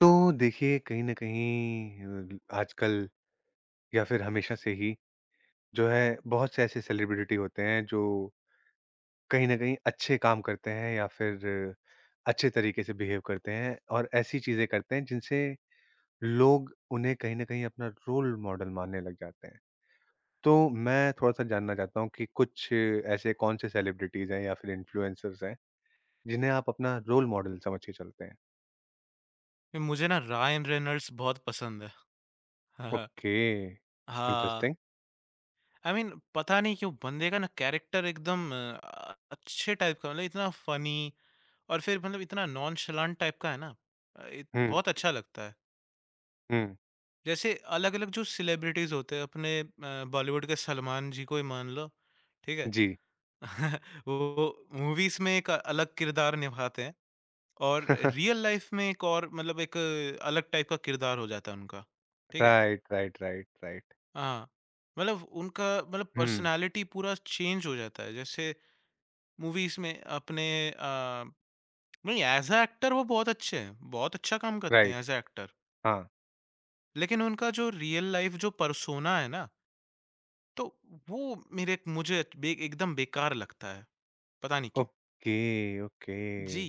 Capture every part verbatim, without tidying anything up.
तो देखिए कहीं न कहीं अ, आजकल या फिर हमेशा से ही जो है बहुत से ऐसे सेलिब्रिटी होते हैं जो कहीं न कहीं अच्छे काम करते हैं या फिर अच्छे तरीके से बिहेव करते हैं और ऐसी चीज़ें करते हैं जिनसे लोग उन्हें कहीं न कहीं अपना रोल मॉडल मानने लग जाते हैं। तो मैं थोड़ा-सा जानना चाहता हूँ कि कुछ ऐसे कौन से सेलिब्रिटीज़ हैं या फिर इन्फ्लुएंसर्स हैं जिन्हें आप अपना रोल मॉडल समझ के चलते हैं? मुझे ना रायन रेनॉल्ड्स बहुत पसंद है। ओके, हाँ, interesting. I I mean mean, पता नहीं क्यों बंदे का ना कैरेक्टर एकदम अ, अच्छे टाइप का मतलब इतना फ़नी और फिर मतलब इतना नॉनशलांट टाइप का है ना, अ, इत हुँ, बहुत अच्छा लगता है। हुँ। जैसे अलग-अलग जो सेलिब्रिटीज़ होते हैं अपने, अ, बॉलीवुड के सलमान जी को ही मान लो, ठीक है? जी। वो मूवीज़ में एक अलग किरदार निभाते हैं और रियल लाइफ़ में एक और मतलब एक अलग टाइप का किरदार हो जाता है उनका, ठीक है? Right, right, right, right. हाँ, मतलब उनका मतलब हुँ, पर्सनैलिटी पूरा चेंज हो जाता है। जैसे मूवीज़ में अपने, अ, नहीं ऐज़ अ एक्टर वो बहुत अच्छे हैं, बहुत अच्छा काम करते हैं राइट, ऐज़ अ एक्टर। हाँ। लेकिन उनका जो रियल लाइफ़ जो पर्सोना है ना, तो वो मेरे मुझे बे एकदम बेकार लगता है, पता नहीं क्यों? ओके, जी, ओके।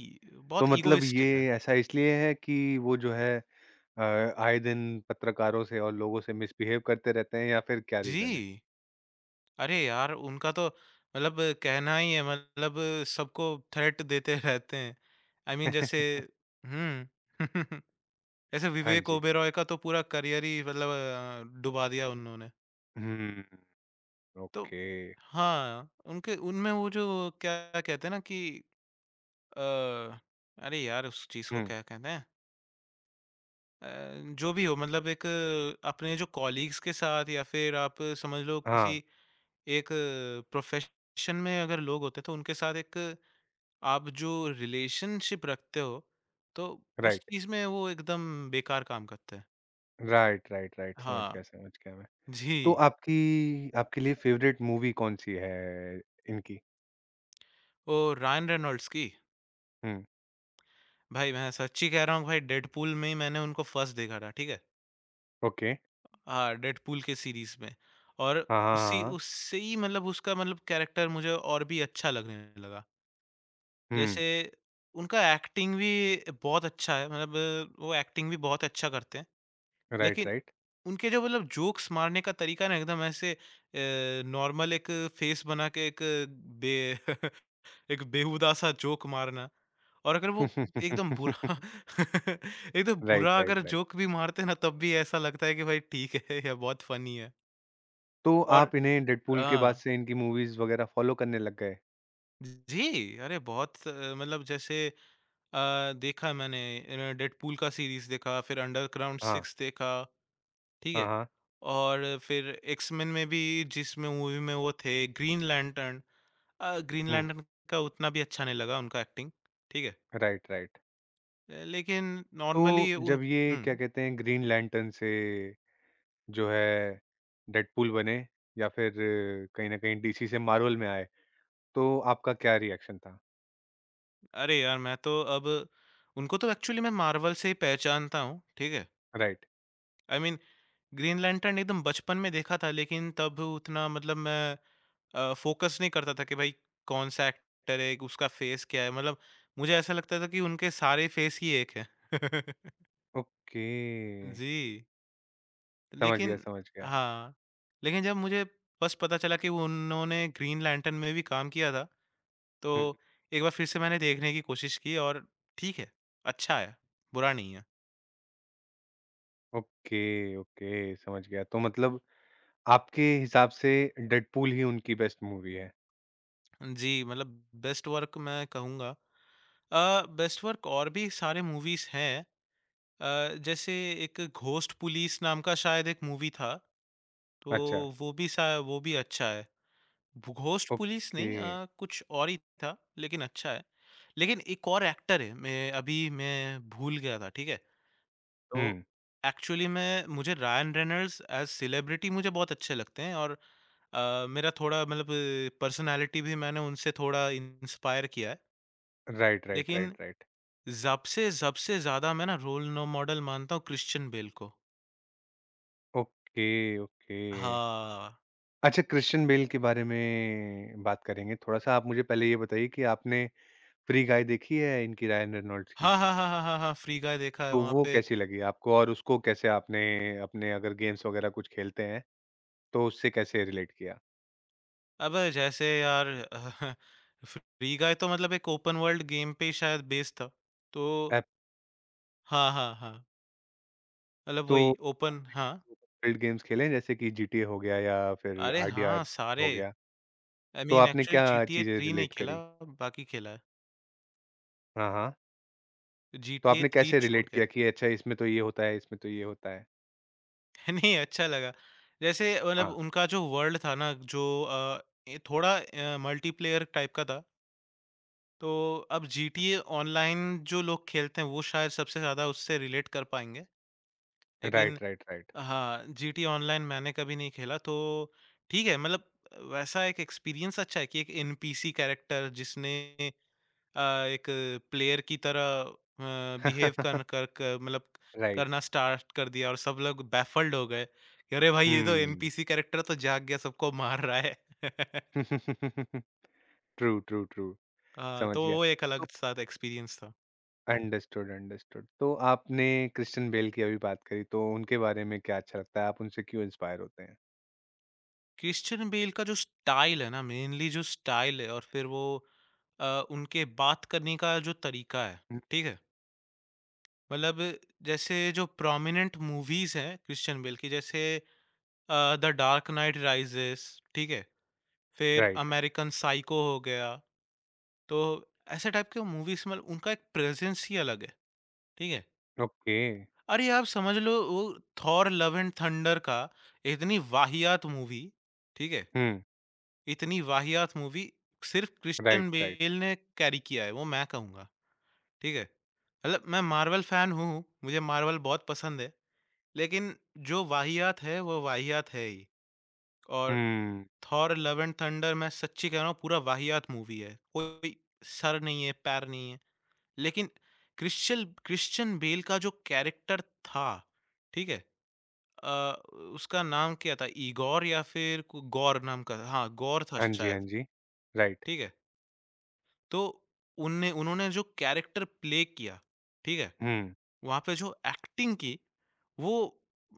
तो बहुत मतलब ये इगोइस्टिक है। ऐसा इसलिए है कि वो जो है, अ, आए दिन पत्रकारों से और लोगों से मिसबिहेव करते रहते हैं या फिर क्या रीज़न है? जी, अरे यार! उनका तो मतलब कहना ही है मतलब सबको थ्रेट देते रहते हैं। आई I मीन mean, जैसे हुँ। जैसे हाँ विवेक जी। ओबेरॉय का तो पूरा करियर ही मतलब अ, डुबा दिया उन्होंने। हुँ, तो ओके। हाँ, उनके उनमें वो जो क्या कहते हैं ना कि, अ, अरे यार उस चीज़ को हुँ, क्या कहते हैं? अ, जो भी हो मतलब एक, अ, अपने जो कॉलीग्स के साथ या फिर आप समझ लो किसी हाँ, एक प्रोफ़ेशन में अगर लोग होते हैं तो उनके साथ एक आप जो रिलेशनशिप रखते हो, तो उस राइट। चीज़ में वो एकदम बेकार काम करते हैं। राइट, राइट, राइट, समझ गया, हाँ, समझ गया मैं। तो जी। आपकी आपके लिए फ़ेवरेट मूवी कौन-सी है इनकी? वो रायन रेनॉल्ड्स की। हुँ, भाई मैं सच्ची कह रहा हूँ भाई डेडपूल में ही मैंने उनको फर्स्ट देखा था, ठीक है? ओके। हाँ, डेडपूल के सीरीज़ में और हाँ, हाँ, हाँ, उसी हाँ। उससे ही मतलब उसका मतलब कैरेक्टर मुझे और भी अच्छा लगने लगा। हुँ, जैसे उनका एक्टिंग भी बहुत अच्छा है मतलब वो एक्टिंग भी बहुत अच्छा करते हैं। राइट, लेकिन राइट। उनके जो मतलब जोक्स मारने का तरीका ना एकदम ऐसे, अ, नॉर्मल एक फ़ेस बना के एक बे एक बेहुदा-सा जोक मारना, और अगर वो एकदम बुरा एकदम राइट, बुरा अगर राइट, राइट। जोक भी मारते हैं ना तब भी ऐसा लगता है कि भाई ठीक है या बहुत फनी है। तो और आप इन्हें डेडपूल के बाद हाँ, से इनकी मूवीज़ वगैरह फ़ॉलो करने लग गए? जी, अरे बहुत, अ, मतलब जैसे, अ, देखा मैंने, अ, डेडपूल का सीरीज़ देखा, फिर अंडरग्राउंड हाँ, सिक्स देखा, ठीक हाँ, है? हाँ। और फिर एक्स-मेन में भी जिस में मूवी में वो थे ग्रीन लैंटर्न, अ, ग्रीन हुँ, लैंटर्न का उतना भी अच्छा नहीं लगा उनका एक्टिंग, ठीक है? Right, right. अ, लेकिन नॉर्मली तो उन जब ये हुँ। क्या कहते हैं ग्रीन लैंटर्न से जो है डेडपूल बने या फिर कहीं न कहीं डीसी से मार्वल में आए, तो आपका क्या रिएक्शन था? अरे यार! मैं तो अब उनको तो एक्चुअली मैं मार्वल से ही पहचानता हूँ, ठीक है? Right, I mean Green Lantern एकदम बचपन में देखा था लेकिन तब उतना मतलब मैं, अ, फ़ोकस नहीं करता था कि भाई कौन-सा एक्टर है, उसका फेस क्या है? मतलब मुझे ऐसा लगता था कि उनके सारे फेस ही एक हैं। ओके। जी, समझ गया, लेकिन समझ गया। हाँ, लेकिन जब मुझे बस पता चला कि वो उन्होंने ग्रीन लैंटर्न में भी काम किया था, हुँ, तो एक बार फिर से मैंने देखने की कोशिश की और ठीक है, अच्छा है, बुरा नहीं है। ओके, ओके, समझ गया। तो मतलब आपके हिसाब से डेडपूल ही उनकी बेस्ट मूवी है। जी, मतलब बेस्ट वर्क मैं कहूँगा, अ, बेस्ट वर्क और भी सारे मूवीज़ हैं। अ, जैसे एक घोस्ट पुलिस नाम का शायद एक मूवी था, अच्छा, तो वो भी सा वो भी अच्छा है। भ घोस्ट पुलिस ओके। नहीं, अ, कुछ और ही था, लेकिन अच्छा है। लेकिन एक और एक्टर है, मैं अभी मैं भूल गया था, ठीक है? तो हुँ। एक्चुअली मैं मुझे रायन रेनॉल्ड्स एज़ सेलिब्रिटी मुझे बहुत अच्छे लगते हैं और, अ, मेरा थोड़ा मतलब पर्सनैलिटी भी मैंने उनसे थोड़ा इंस्पायर किया है। राइट, राइट, लेकिन राइट, राइट। सबसे सबसे ज़्यादा मैं ना रोल नो मॉडल मानता हूँ क्रिश्चियन बेल को। Okay, okay. हाँ। अच्छा क्रिश्चियन बेल के बारे में बात करेंगे थोड़ा-सा। आप मुझे पहले ये बताइए कि आपने फ्री गाय देखी है इनकी रायन रेनॉल्ड्स की? हाँ, हाँ, हाँ, हाँ, हाँ, हाँ, फ्री गाय देखा है तो वहाँ वो पे। कैसी लगी आपको और उसको कैसे आपने अपने अगर गेम्स वगैरह कुछ खेलते हैं, तो उससे कैसे रिलेट किया? अबे! जैसे यार फ्री गाय तो मतलब एक ओपन वर्ल्ड गेम पे ही शायद बेस्ड था। तो ऐप हाँ, हाँ, हाँ, मतलब तो वही ओपन आपने हाँ। बिल्ड गेम्स खेले हैं जैसे कि जीटीए हो गया या फिर अरे हाँ, आरडीआर सारे हो गया, आई तो मीन आपने एक्चुअली क्या जीटीए चीज़ें थ्री नहीं रिलेट खेला, करी? बाकी खेला है। हाँ, हाँ। तो जीटीए आपने थ्री कैसे छोड़ रिलेट के। किया कि अच्छा इसमें तो ये होता है, इसमें तो ये होता है? नहीं, अच्छा लगा। जैसे मतलब हाँ। उनका जो वर्ल्ड था ना जो, अ, ए थोड़ा, अ, मल्टीप्लेयर टाइप का था। तो अब जीटीए ऑनलाइन जो लोग खेलते हैं वो शायद सबसे ज़्यादा उससे रिलेट कर पाएँगे। लेकिन राइट, राइट, राइट। हाँ, जीटीए ऑनलाइन मैंने कभी नहीं खेला, तो ठीक है मतलब वैसा एक एक्सपीरियंस अच्छा है कि एक एनपीसी कैरेक्टर जिसने, अ, एक प्लेयर की तरह, अ, बिहेव कर कर कर मतलब राइट। करना स्टार्ट कर दिया और सब लोग बैफल्ड हो गए कि अरे भाई ये तो हुँ। एनपीसी कैरेक्टर तो जाग गया सबको मार रहा है। True, true, true. अ, समझ तो गया। वो एक तो अलग साथ एक्सपीरियंस था। Understood, understood. तो आपने क्रिस्टियन बेल की अभी बात करी, तो उनके बारे में क्या अच्छा लगता है? आप उनसे क्यों इंस्पायर होते हैं? क्रिश्चियन बेल का जो स्टाइल है ना मेनली जो स्टाइल है और फिर वो, अ, उनके बात करने का जो तरीका है, हुँ, ठीक है, मतलब जैसे जो प्रोमिनेंट मूवीज हैं क्रिश्चियन बेल की जैसे द डार्क नाइट राइजेस, ठीक है, फिर राइट। अमेरिकन साइको हो गया, तो ऐसे टाइप के मूवीज़ में उनका एक प्रेज़ेंस ही अलग है, ठीक है? ओके। अरे! आप समझ लो वो थॉर लव एंड थंडर का, इतनी वाहियात मूवी, ठीक है? हुँ, इतनी वाहियात मूवी सिर्फ़ राइट, क्रिश्चियन राइट। बेल ने कैरी किया है, वो मैं कहूँगा, ठीक है? मतलब मैं मार्वल फ़ैन हूँ, मुझे मार्वल बहुत पसंद है, लेकिन जो वाहियात है, वो वाहियात है ही और हुँ। थॉर: लव एंड थंडर मैं सच्ची कह रहा हूँ पूरा वाहियात मूवी है। कोई सर नहीं है, पैर नहीं है। लेकिन क्रिश्चियल क्रिश्चियन बेल का जो कैरेक्टर था, ठीक है? अ, उसका नाम क्या था? इगोर या फिर कु गौर नाम का, हाँ, गौर था हाँ जी, हाँ शायद, जी। राइट। ठीक है? तो उनने उन्होंने जो कैरेक्टर प्ले किया, ठीक है? हुँ, वहाँ पे जो एक्टिंग की, वो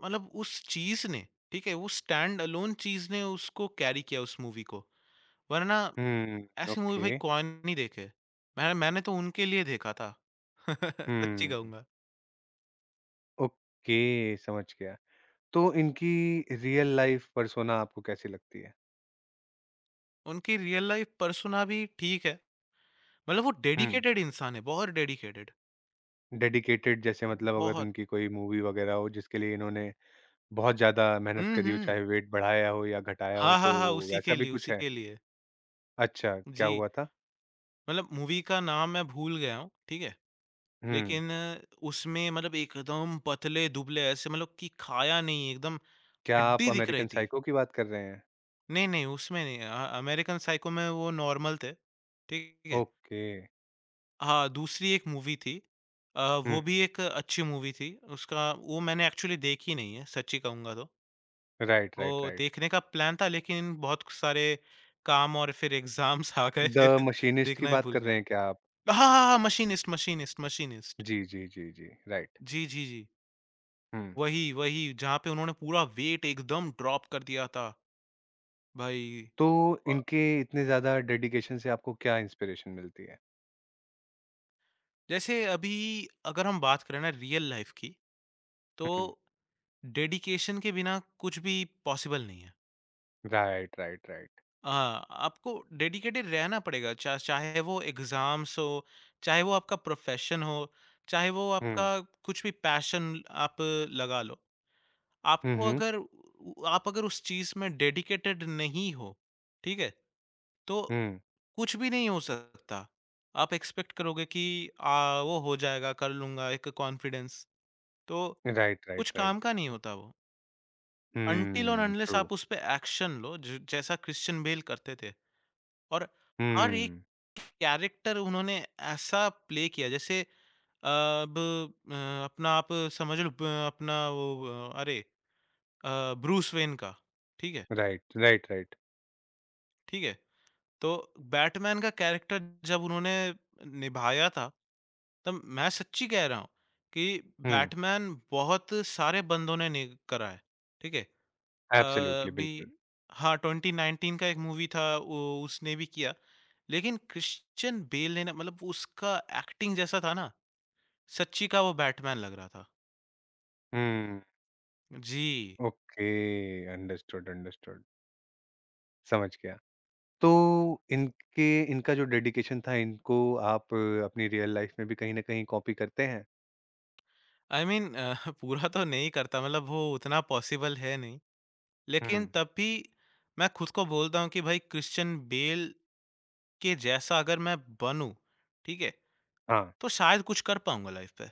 मतलब उस चीज़ ने, ठीक है? वो स्टैंड अलोन चीज़ ने उसको कैरी किया उस मूवी को। वरना हुँ। ऐसी मूवी भाई ओके। कौन नहीं देखे। मैंने मैंने तो उनके लिए देखा था। सच्ची हुँ। कहूँगा। ओके, समझ गया। तो इनकी रियल लाइफ पर्सोना आपको कैसी लगती है? उनकी रियल लाइफ़ पर्सोना भी ठीक है। मतलब वो हुँ। डेडिकेटेड इंसान है, बहुत डेडिकेटेड। डेडिकेटेड जैसे मतलब अगर बहुत। उनकी कोई मूवी वगैरह हो जिसके लिए इन्होंने बहुत ज़्यादा मेहनत हुँ, करी हो, हुँ। चाहे वेट बढ़ाया हो या घटाया हो, हाँ, हाँ, तो हाँ, उसी के वैसा भी लिए कुछ उसी है? के लिए। अच्छा, क्या जी, हुआ था? मतलब मूवी का नाम मैं भूल गया हूँ, ठीक है? हुँ, लेकिन उसमें मतलब एकदम पतले-दुबले ऐसे मतलब कि खाया नहीं, एकदम क्या आप हड्डी दिख रही अमेरिकन थी। साइको की बात कर रहे हैं? नहीं, नहीं उसमें नहीं, अ, अमेरिकन साइको में वो नॉर्मल थे, ठीक है? ओके। हाँ, दूसरी एक मूवी थी, अ, हुँ, वो भी हुँ। एक अच्छी मूवी थी। उसका वो मैंने एक्चुअली देखी नहीं है, सच्ची कहूँगा तो। राइट, राइट, वो राइट। देखने का प्लान था लेकिन बहुत सारे काम और फिर एग्ज़ाम्स आ गए द फिर मशीनिस्ट की देखना ही बात भूल कर रहे गया। हैं क्या आप? हाँ, हाँ, हाँ, मशीनिस्ट मशीनिस्ट मशीनिस्ट। जी, जी, जी, जी। राइट। जी, जी, जी। हुँ। वही, वही जहाँ पे उन्होंने पूरा वेट एकदम ड्रॉप कर दिया था भाई। तो अ, इनके इतने ज़्यादा डेडिकेशन से आपको क्या इंस्पिरेशन मिलती है? जैसे अभी अगर हम बात करें ना रियल लाइफ़ की, तो हुँ, डेडिकेशन के बिना कुछ भी पॉसिबल नहीं है। Right, right, right. हाँ, आपको डेडिकेटेड रहना पड़ेगा, चा चाहे वो एग्ज़ाम्स हो, चाहे वो आपका प्रोफ़ेशन हो, चाहे वो आपका हुँ। कुछ भी पैशन आप लगा लो। हुँ, आपको हुँ। अगर उ आप अगर उस चीज़ में डेडिकेटेड नहीं हो, ठीक है? तो हुँ। कुछ भी नहीं हो सकता। आप एक्सपेक्ट करोगे कि, अ, वो हो जाएगा, कर लूँगा, एक कॉन्फिडेंस, तो राइट, कुछ राइट, काम राइट। का नहीं होता वो। अनटिल और हुँ, अनलेस ट्रू। आप उस पे एक्शन लो, ज जैसा क्रिश्चियन बेल करते थे। और हर एक हुँ, कैरेक्टर उन्होंने ऐसा प्ले किया जैसे, अ, अब, अ, अपना आप समझ लो ब अपना वो, अ, अरे, अ, ब्रूस वेन का, ठीक है, राइट, राइट, राइट। ठीक है? तो बैटमैन का कैरेक्टर जब उन्होंने निभाया था, तब मैं सच्ची कह रहा हूँ कि हुँ, बैटमैन बहुत सारे बंदों ने नहीं करा है, ठीक है? अ, एब्सोल्युटली, अभी बिल्कुल। हाँ, ट्वेंटी नाइनटीन का एक मूवी था वो, उसने भी किया। लेकिन क्रिश्चियन बेल ने ना मतलब उसका एक्टिंग जैसा था ना, सच्ची का वो बैटमैन लग रहा था। हुँ, जी, ओके, अंडरस्टूड, अंडरस्टूड, समझ गया। तो इनके इनका जो डेडिकेशन था, इनको आप अ, अपनी रियल लाइफ़ में भी कहीं न कहीं कॉपी करते हैं? आई I मीन अ, पूरा तो नहीं करता मतलब वो उतना पॉसिबल है नहीं। लेकिन हुँ, तब भी मैं खुद को बोलता हूँ कि भाई क्रिश्चियन बेल के जैसा अगर मैं बनूँ, ठीक है? हाँ, तो शायद कुछ कर पाऊँगा लाइफ़ पे।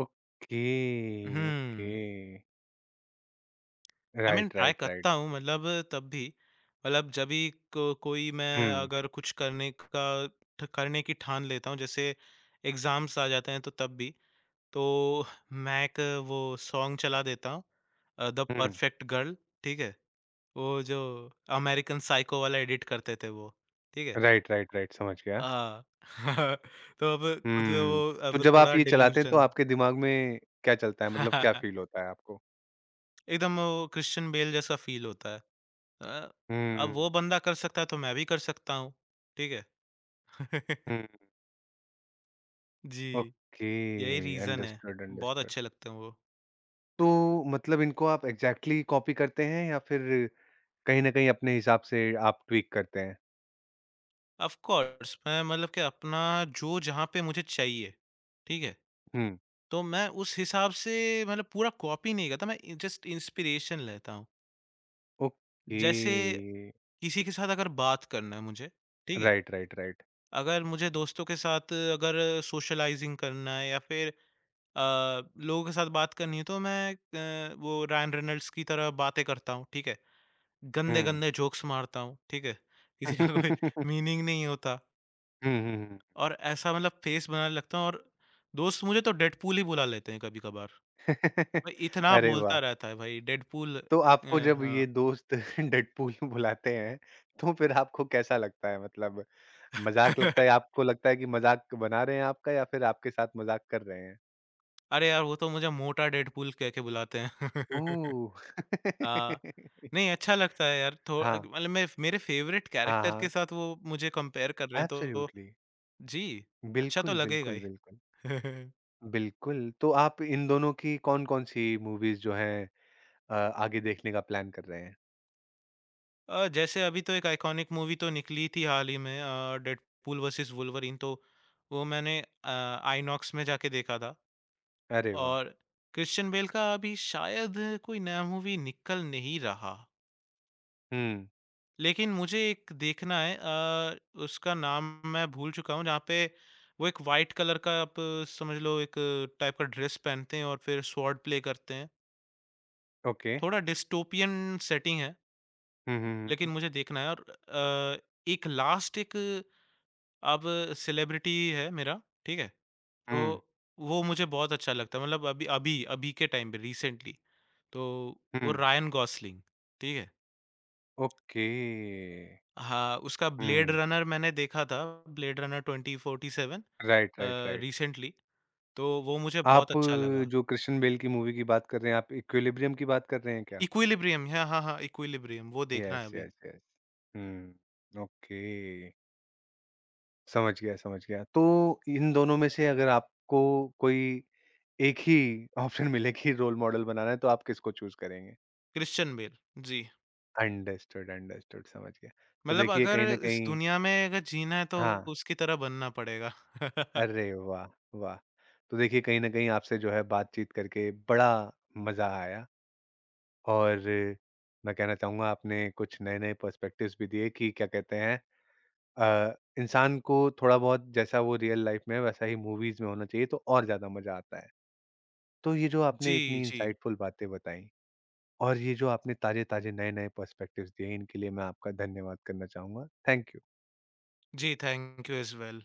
ओके, ओके, हुँ। I mean right, try right, right. करता हूँ मतलब तब भी मतलब जब भी को, कोई मैं हुँ, अगर कुछ करने का ठ- करने की ठान लेता हूँ, जैसे एग्जाम्स आ जाते हैं तो तब भी, तो मैं एक वो सॉन्ग चला देता हूँ, द हुँ, परफेक्ट गर्ल, ठीक है, वो जो अमेरिकन साइको वाला एडिट करते थे वो, ठीक है, राइट, राइट, राइट, समझ गया। आ, तो अब खुद वो हुँ, तो अब जब आप थोड़ा ये चलाते हैं, तो डिल्यूशन आपके दिमाग में क्या चलता है? मतलब क्या फ़ील होता है आपको? एकदम वो क्रिश्चियन बेल जैसा फ़ील होता है। अ, अब हुँ, वो बंदा कर सकता है तो मैं भी कर सकता हूँ, ठीक है? हुँ। जी, ओके, यही रीज़न है। अंडरस्टूड, बहुत अंडरस्टूड। अच्छे लगते हैं वो। तो मतलब इनको आप एग्जैक्टली exactly कॉपी करते हैं या फिर कहीं ना कहीं अपने हिसाब से आप ट्वीक करते हैं? ऑफ़ कोर्स मैं मतलब कि अपना जो जहाँ पे मुझे चाहिए, ठीक है? हम्म। तो मैं उस हिसाब से मतलब पूरा कॉपी नहीं करता, मैं जस्ट इंस्पिरेशन लेता हूँ। ओके। जैसे किसी के साथ अगर बात करना है मुझे, ठीक है? Right, right, right. अगर मुझे दोस्तों के साथ अगर सोशलाइज़िंग करना है या फिर, अ, लोगों के साथ बात करनी है तो मैं, अ, वो रायन रेनॉल्ड्स की तरह बातें करता हूँ, ठीक है? हम्म। गंदे-गंदे जोक्स मारता हूँ, ठीक है? किसी का कोई मीनिंग नहीं होता हम्म, हम्म। और ऐसा मतलब फेस बनाने लगता हूँ और दोस्त मुझे तो डेडपूल ही बुला लेते हैं कभी-कभार। भाई इतना अरे बोलता वाह! रहता है भाई डेडपूल, तो अ, आपको जब ये हाँ। दोस्त डेडपूल बुलाते हैं तो फिर आपको कैसा लगता है? मतलब मजाक लगता है, आपको लगता है कि मजाक बना रहे हैं आपका या फिर आपके साथ मजाक कर रहे हैं? अरे यार वो तो मुझे मोटा डेडपूल कह के बुलाते हैं। ओह। हाँ। नहीं अच्छा लगता है यार, थो अ, हाँ, मतलब मैं मेरे फेवरेट हाँ, कैरेक्टर के हाँ। साथ वो मुझे कंपेयर कर रहे हैं तो एब्सोल्युटली। जी, अच्छा तो बिल्कुल, लगेगा बिल्कुल, ही। बिल्कुल। बिल्कुल, तो आप इन दोनों की कौन-कौन सी मूवीज़ जो हैं, अ, आगे देखने का प्लान कर रहे हैं? अ, जैसे अभी तो एक आइकॉनिक मूवी तो निकली थी हाल ही में, अ, डेडपूल वर्सेस वुल्वरीन, तो वो मैंने, अ, आईनॉक्स में जाके देखा था अरे वाह! और क्रिश्चियन बेल का अभी शायद कोई नया मूवी निकल नहीं रहा। हुँ, लेकिन मुझे एक देखना है, अ, उसका नाम मैं भूल चुका हूँ, जहाँ पे वो एक व्हाइट कलर का आप, अ, समझ लो एक टाइप का ड्रेस पहनते हैं और फिर स्वॉर्ड प्ले करते हैं। ओके। थोड़ा डिस्टोपियन सेटिंग है। हुँ, हुँ, लेकिन हुँ, मुझे देखना है और, अ, एक लास्ट एक अब सेलिब्रिटी है मेरा, ठीक है? हुँ, तो वो मुझे बहुत अच्छा लगता है मतलब अभी अभी अभी के टाइम पे रिसेंटली, तो हुँ, वो हुँ, रायन गॉसलिंग, ठीक है? ओके। हाँ, उसका ब्लेड हुँ, रनर मैंने देखा था, Blade Runner twenty forty seven, right, right, uh, right. Recently, तो वो मुझे बहुत आप, अच्छा अ, लगा। जो कृष्ण बेल की मूवी की बात कर रहे हैं, आप इक्विलिब्रियम की बात कर रहे हैं क्या? इक्विलिब्रियम, हाँ, हाँ, हाँ, इक्विलिब्रियम वो देखना है यस, अभी। Yes, yes. हुँ, ओके। समझ गया, समझ गया। तो इन दोनों में से अगर आपको कोई एक ही ऑप्शन मिले कि रोल मॉडल बनाना है, तो आप किसको चूज़ करेंगे? क्रिश्चियन बेल, जी। अंडरस्टूड, अंडरस्टूड, समझ गया। तो मतलब देखिए अगर कहीं न इस कहीं दुनिया में अगर जीना है तो हाँ, उसकी तरह बनना पड़ेगा। अरे वाह! वाह! तो देखिए कहीं न कहीं आपसे जो है बातचीत करके बड़ा मज़ा आया और मैं कहना चाहूँगा आपने कुछ नए-नए पर्सपेक्टिव्स भी दिए कि क्या कहते हैं, अ, इंसान को थोड़ा-बहुत जैसा वो रियल लाइफ़ में है, वैसा ही मूवीज़ में होना चाहिए, तो और ज़्यादा मज़ा आता है। तो ये जो आपने जी, इतनी जी। इनसाइटफुल बातें बताई और ये जो आपने ताज़े-ताज़े, नए-नए पर्सपेक्टिव्स दिए, इनके लिए मैं आपका धन्यवाद करना चाहूँगा। Thank you. जी, थैंक यू एज़ वेल।